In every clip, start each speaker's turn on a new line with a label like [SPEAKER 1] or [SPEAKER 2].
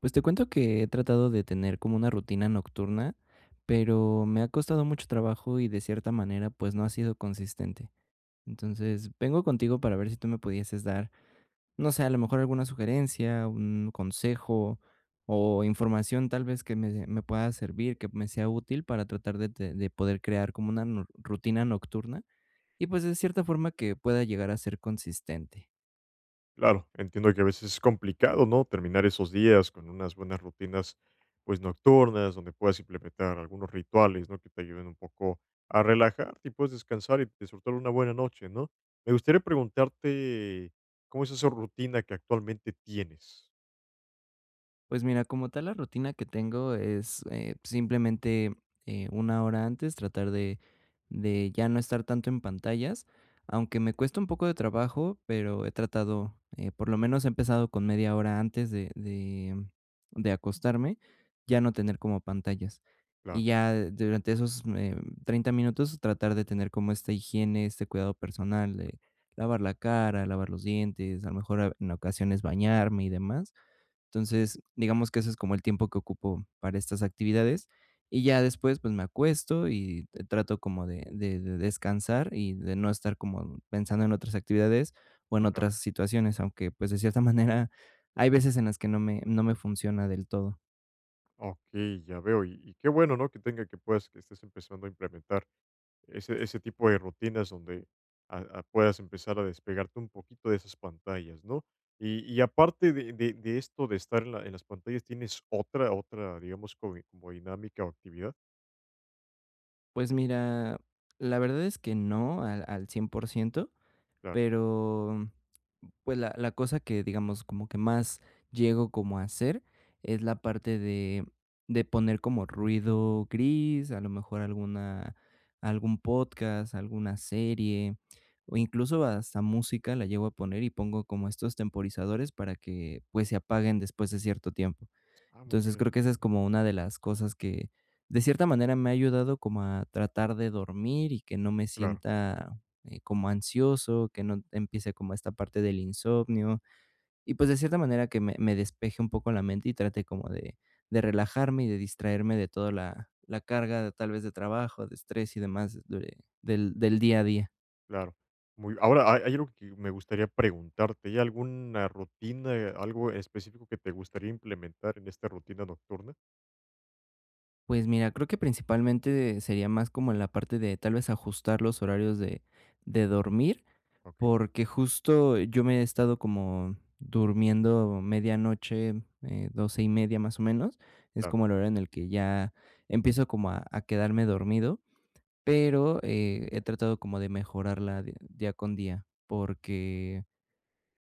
[SPEAKER 1] Pues te cuento que he tratado de tener como una rutina nocturna, pero me ha costado mucho trabajo y de cierta manera pues no ha sido consistente. Entonces vengo contigo para ver si tú me pudieses dar, no sé, a lo mejor alguna sugerencia, un consejo o información tal vez que me pueda servir, que me sea útil para tratar de, de poder crear como una rutina nocturna y pues de cierta forma que pueda llegar a ser consistente.
[SPEAKER 2] Claro, entiendo que a veces es complicado, ¿no? Terminar esos días con unas buenas rutinas, pues nocturnas, donde puedas implementar algunos rituales, ¿no? Que te ayuden un poco a relajarte y puedes descansar y disfrutar una buena noche, ¿no? Me gustaría preguntarte cómo es esa rutina que actualmente tienes.
[SPEAKER 1] Pues mira, como tal, la rutina que tengo es, simplemente, 1 hora antes tratar de ya no estar tanto en pantallas, aunque me cuesta un poco de trabajo, pero he tratado, por lo menos he empezado con media hora antes de acostarme, ya no tener como pantallas. Y
[SPEAKER 2] Claro,
[SPEAKER 1] ya durante esos, 30 minutos tratar de tener como esta higiene, este cuidado personal de lavar la cara, lavar los dientes, a lo mejor en ocasiones bañarme y demás. Entonces, digamos que ese es como el tiempo que ocupo para estas actividades. Y ya después, pues me acuesto y trato como de, de descansar y de no estar como pensando en otras actividades o en
[SPEAKER 2] claro.
[SPEAKER 1] otras situaciones, aunque pues de cierta manera hay veces en las que no me funciona del todo.
[SPEAKER 2] Ok, ya veo. Y qué bueno, ¿no? Que tenga que puedas, que estés empezando a implementar ese tipo de rutinas donde a puedas empezar a despegarte un poquito de esas pantallas, ¿no? Y aparte de, de esto de estar en, en las pantallas, ¿tienes otra, otra, digamos, como, como dinámica o actividad?
[SPEAKER 1] Pues mira, la verdad es que no al cien por ciento.
[SPEAKER 2] Claro.
[SPEAKER 1] Pero, pues, la cosa que, digamos, como que más llego como a hacer es la parte de poner como ruido gris, a lo mejor alguna algún podcast, alguna serie, o incluso hasta música la llego a poner y pongo como estos temporizadores para que, pues, se apaguen después de cierto tiempo.
[SPEAKER 2] Ah, muy
[SPEAKER 1] Entonces,
[SPEAKER 2] bien.
[SPEAKER 1] creo que esa es como una de las cosas que, de cierta manera, me ha ayudado como a tratar de dormir y que no me
[SPEAKER 2] Claro,
[SPEAKER 1] sienta, como ansioso, que no empiece como esta parte del insomnio, y pues, de cierta manera que me despeje un poco la mente y trate como de relajarme y de distraerme de toda la carga, tal vez, de trabajo, de estrés y demás de del día a día.
[SPEAKER 2] claro. Muy, ahora, hay algo que me gustaría preguntarte. ¿Hay alguna rutina, algo específico que te gustaría implementar en esta rutina nocturna?
[SPEAKER 1] Pues mira, creo que principalmente sería más como en la parte de, tal vez, ajustar los horarios de dormir,
[SPEAKER 2] Ok,
[SPEAKER 1] porque justo yo me he estado como durmiendo medianoche, 12 y media más o menos. Es
[SPEAKER 2] claro.
[SPEAKER 1] como el hora en el que ya empiezo como a quedarme dormido, pero he tratado como de mejorarla día con día, porque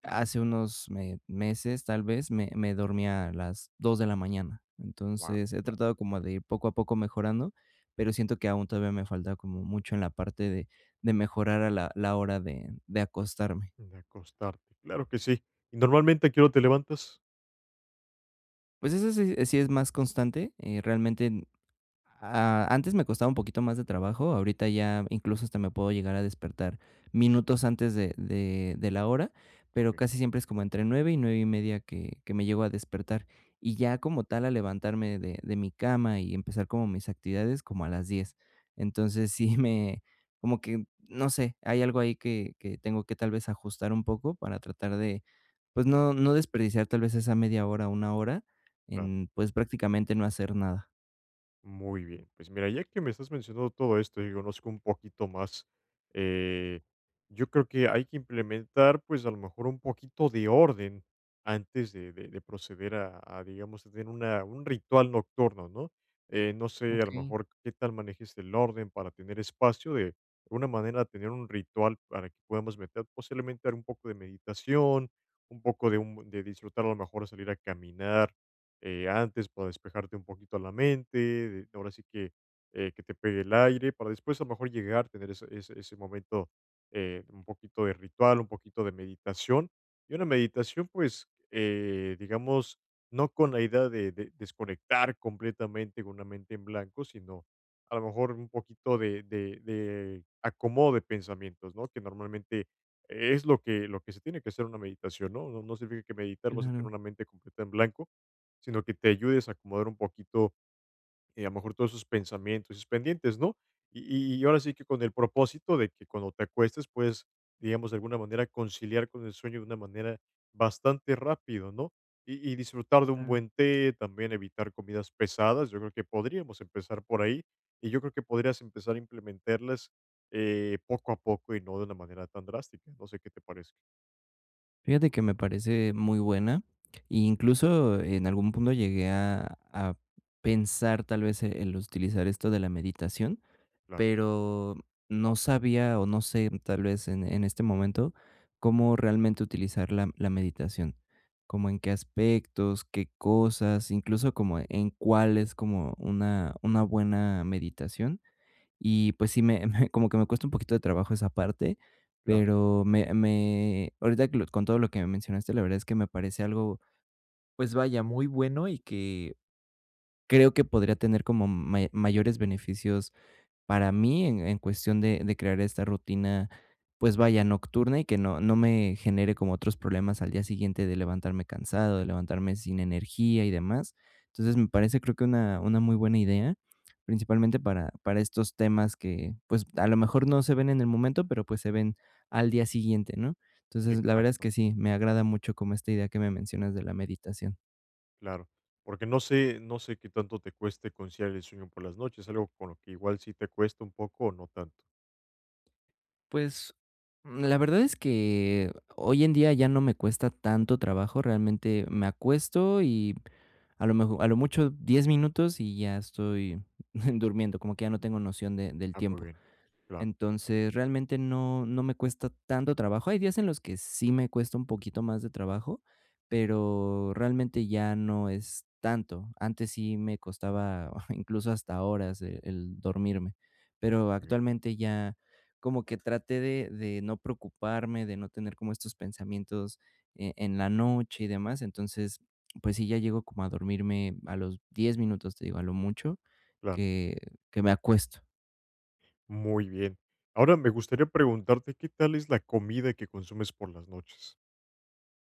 [SPEAKER 1] hace unos meses tal vez me dormía a las 2 de la mañana. Entonces he tratado como de ir poco a poco mejorando, pero siento que aún todavía me falta como mucho en la parte de mejorar a la hora de acostarme.
[SPEAKER 2] De acostarte, claro que sí. ¿Y normalmente a qué hora te levantas?
[SPEAKER 1] Pues, eso sí sí es más constante, realmente. Ah, antes me costaba un poquito más de trabajo, ahorita ya incluso hasta me puedo llegar a despertar minutos antes de, de la hora, pero
[SPEAKER 2] Okey,
[SPEAKER 1] casi siempre es como entre 9 y 9 y media que me llego a despertar. Y ya como tal a levantarme de mi cama y empezar como mis actividades como a las 10. Entonces sí me, como que, no sé, hay algo ahí que tengo que tal vez ajustar un poco para tratar de, pues no desperdiciar tal vez esa media hora, una hora
[SPEAKER 2] claro.
[SPEAKER 1] en pues prácticamente no hacer nada.
[SPEAKER 2] Muy bien, pues mira, ya que me estás mencionando todo esto y conozco un poquito más, eh, yo creo que hay que implementar, pues a lo mejor un poquito de orden antes de, de proceder a, digamos, a tener una, un ritual nocturno, ¿no? No sé, a lo
[SPEAKER 1] Ok.
[SPEAKER 2] mejor qué tal manejes el orden para tener espacio de alguna manera tener un ritual para que podamos meter posiblemente un poco de meditación, un poco de, de disfrutar, a lo mejor salir a caminar antes para despejarte un poquito la mente, ahora sí que te pegue el aire, para después a lo mejor llegar, tener ese, ese momento, un poquito de ritual, un poquito de meditación. Y una meditación, pues, digamos, no con la idea de desconectar completamente con una mente en blanco, sino a lo mejor un poquito de acomodo de pensamientos, ¿no? Que normalmente es lo que se tiene que hacer en una meditación, ¿no? No, no significa que meditar vas a tener
[SPEAKER 1] Claro,
[SPEAKER 2] una mente completa en blanco, sino que te ayudes a acomodar un poquito, a lo mejor todos esos pensamientos, esos pendientes, ¿no? Y ahora sí que con el propósito de que cuando te acuestes, puedes, digamos, de alguna manera conciliar con el sueño de una manera bastante rápido, ¿no? Y disfrutar de un
[SPEAKER 1] claro.
[SPEAKER 2] buen té, también evitar comidas pesadas, yo creo que podríamos empezar por ahí y yo creo que podrías empezar a implementarlas poco a poco y no de una manera tan drástica. No sé qué te parece.
[SPEAKER 1] Fíjate que me parece muy buena, y incluso en algún punto llegué a pensar tal vez el utilizar esto de la meditación,
[SPEAKER 2] Claro,
[SPEAKER 1] pero no sabía o no sé, tal vez en este momento, cómo realmente utilizar la meditación, como en qué aspectos, qué cosas, incluso como en cuál es como una buena meditación. Y pues sí, me me como que me cuesta un poquito de trabajo esa parte,
[SPEAKER 2] claro,
[SPEAKER 1] pero me ahorita que lo con todo lo que me mencionaste, la verdad es que me parece algo, pues vaya, muy bueno y que creo que podría tener como mayores beneficios para mí en cuestión de crear esta rutina, pues vaya, nocturna y que no me genere como otros problemas al día siguiente de levantarme cansado, de levantarme sin energía y demás. Entonces me parece creo que una muy buena idea, principalmente para estos temas que pues a lo mejor no se ven en el momento, pero pues se ven al día siguiente, ¿no? Entonces la verdad es
[SPEAKER 2] exacto.
[SPEAKER 1] que sí, me agrada mucho como esta idea que me mencionas de la meditación.
[SPEAKER 2] Claro, porque no sé no sé qué tanto te cueste conciliar el sueño por las noches, algo con lo que igual sí te cuesta un poco o no tanto.
[SPEAKER 1] Pues, la verdad es que hoy en día ya no me cuesta tanto trabajo, realmente me acuesto y a lo mejor, a lo mucho 10 minutos y ya estoy durmiendo, como que ya no tengo noción de del
[SPEAKER 2] Ah, muy
[SPEAKER 1] tiempo.
[SPEAKER 2] bien. Claro,
[SPEAKER 1] Entonces, realmente no me cuesta tanto trabajo. Hay días en los que sí me cuesta un poquito más de trabajo, pero realmente ya no es tanto. Antes sí me costaba incluso hasta horas el dormirme, pero
[SPEAKER 2] muy bien,
[SPEAKER 1] actualmente ya como que traté de no preocuparme, de no tener como estos pensamientos en la noche y demás. Entonces, pues sí, ya llego como a dormirme a los 10 minutos, te digo, a lo mucho
[SPEAKER 2] claro,
[SPEAKER 1] que, que me acuesto.
[SPEAKER 2] muy bien. Ahora me gustaría preguntarte, ¿qué tal es la comida que consumes por las noches?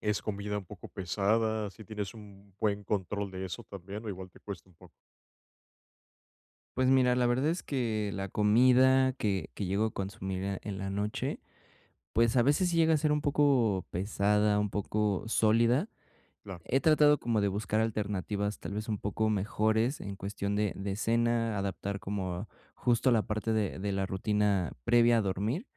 [SPEAKER 2] ¿Es comida un poco pesada? ¿Si tienes un buen control de eso también o igual te cuesta un poco?
[SPEAKER 1] Pues mira, la verdad es que la comida que llego a consumir a en la noche, pues, a veces sí llega a ser un poco pesada, un poco sólida.
[SPEAKER 2] Claro,
[SPEAKER 1] He tratado como de buscar alternativas, tal vez, un poco mejores en cuestión de cena, adaptar como justo la parte de la rutina previa a dormir.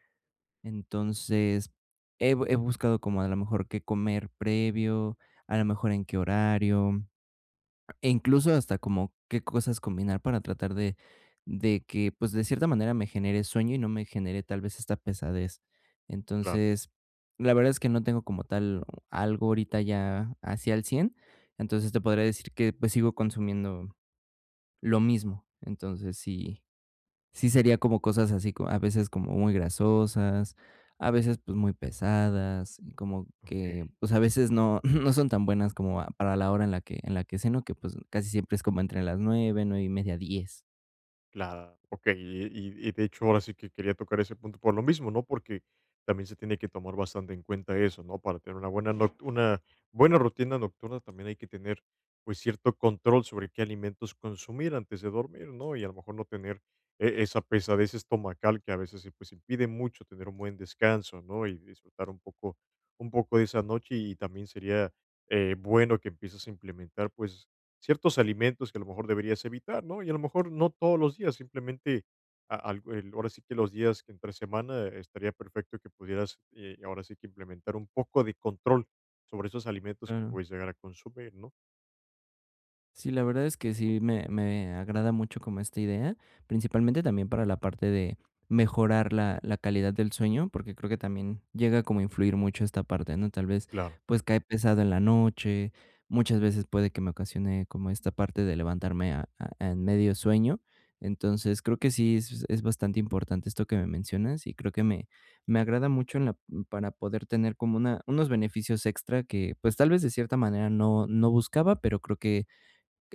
[SPEAKER 1] Entonces, he buscado como a lo mejor qué comer previo, a lo mejor en qué horario. E incluso hasta como qué cosas combinar para tratar de que, pues, de cierta manera me genere sueño y no me genere tal vez esta pesadez.
[SPEAKER 2] claro,
[SPEAKER 1] Entonces, la verdad es que no tengo como tal algo ahorita ya así al cien, entonces te podría decir que, pues, sigo consumiendo lo mismo. Entonces sí, sí sería como cosas así, co a veces como muy grasosas, a veces, pues, muy pesadas, y como que,
[SPEAKER 2] okey.
[SPEAKER 1] pues, a veces no no son tan buenas como a para la hora en la que ceno, que, pues, casi siempre es como entre las 9 9 y media, diez.
[SPEAKER 2] Claro, ok. Y de hecho ahora sí que quería tocar ese punto por lo mismo, ¿no? Porque también se tiene que tomar bastante en cuenta eso, ¿no? Para tener una una buena rutina nocturna también hay que tener pues cierto control sobre qué alimentos consumir antes de dormir, ¿no? Y a lo mejor no tener esa pesadez estomacal que a veces pues impide mucho tener un buen descanso, ¿no? Y disfrutar un poco de esa noche y también sería bueno que empieces a implementar pues ciertos alimentos que a lo mejor deberías evitar, ¿no? Y a lo mejor no todos los días, simplemente ahora sí que los días que entre semana estaría perfecto que pudieras ahora sí que implementar un poco de control sobre esos alimentos que puedes llegar a consumir, ¿no?
[SPEAKER 1] Sí, la verdad es que sí me agrada mucho como esta idea, principalmente también para la parte de mejorar la calidad del sueño, porque creo que también llega como a influir mucho esta parte, ¿no? Tal vez,
[SPEAKER 2] Claro.
[SPEAKER 1] pues, cae pesado en la noche, muchas veces puede que me ocasione como esta parte de levantarme a en medio sueño. Entonces, creo que sí es bastante importante esto que me mencionas y creo que me agrada mucho en la para poder tener como una unos beneficios extra que, pues, tal vez de cierta manera no buscaba, pero creo que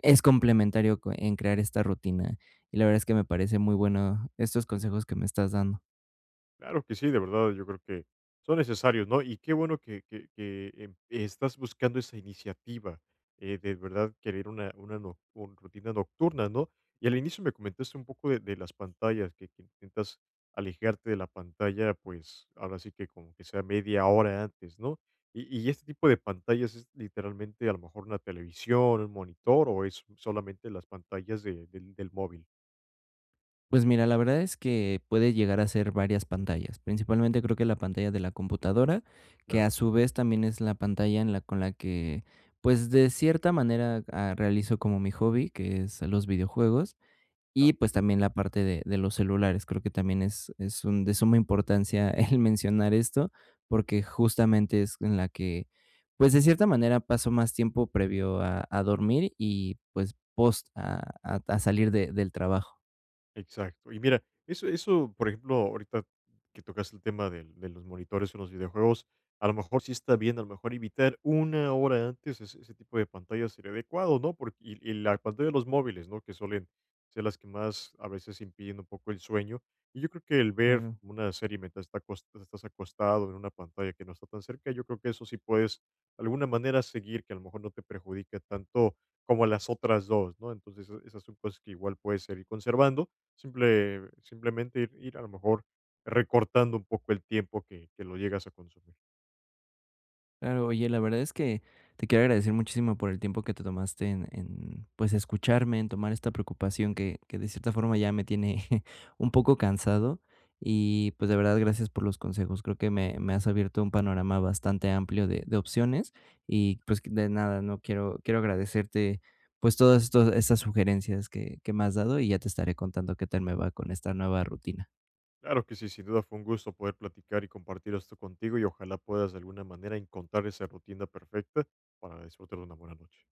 [SPEAKER 1] es complementario co en crear esta rutina, y la verdad es que me parece muy bueno estos consejos que me estás dando.
[SPEAKER 2] Claro que sí, de verdad, yo creo que son necesarios, ¿no? Y qué bueno que, que, estás buscando esa iniciativa de verdad querer una, rutina nocturna, ¿no? Y al inicio me comentaste un poco de las pantallas, que intentas alejarte de la pantalla, pues ahora sí que como que sea media hora antes, ¿no? Y este tipo de pantallas es literalmente a lo mejor una televisión, un monitor o es solamente las pantallas del del móvil.
[SPEAKER 1] Pues mira, la verdad es que puede llegar a ser varias pantallas, principalmente creo que la pantalla de la computadora, que a su vez también es la pantalla en la con la que, pues, de cierta manera, realizo como mi hobby, que es los videojuegos, y, pues, también la parte de los celulares. Creo que también es un de suma importancia el mencionar esto, porque justamente es en la que, pues, de cierta manera paso más tiempo previo a dormir y, pues, post a salir de del trabajo.
[SPEAKER 2] Exacto. Y mira, eso eso, por ejemplo, ahorita que tocas el tema del de los monitores en los videojuegos, a lo mejor sí está bien, a lo mejor evitar una hora antes ese ese tipo de pantallas sería adecuado, ¿no? Porque y la pantalla de los móviles, ¿no? Que suelen ser las que más a veces impiden un poco el sueño. Y yo creo que el ver
[SPEAKER 1] Claro.
[SPEAKER 2] una serie mientras estás acostado en una pantalla que no está tan cerca, yo creo que eso sí puedes, de alguna manera, seguir, que a lo mejor no te perjudica tanto como las otras dos, ¿no? Entonces, esas esas son cosas que igual puedes seguir conservando. Simplemente ir a lo mejor recortando un poco el tiempo que lo llegas a consumir.
[SPEAKER 1] Claro, oye, la verdad es que te quiero agradecer muchísimo por el tiempo que te tomaste pues, escucharme, en tomar esta preocupación que de cierta forma ya me tiene un poco cansado. Y pues de verdad, gracias por los consejos. Creo que me has abierto un panorama bastante amplio de opciones. Y pues que de nada, no quiero, quiero agradecerte pues todas estas sugerencias que me has dado y ya te estaré contando qué tal me va con esta nueva rutina.
[SPEAKER 2] Claro que sí, sin duda fue un gusto poder platicar y compartir esto contigo, y ojalá puedas de alguna manera encontrar esa rutina perfecta para disfrutar de una buena noche.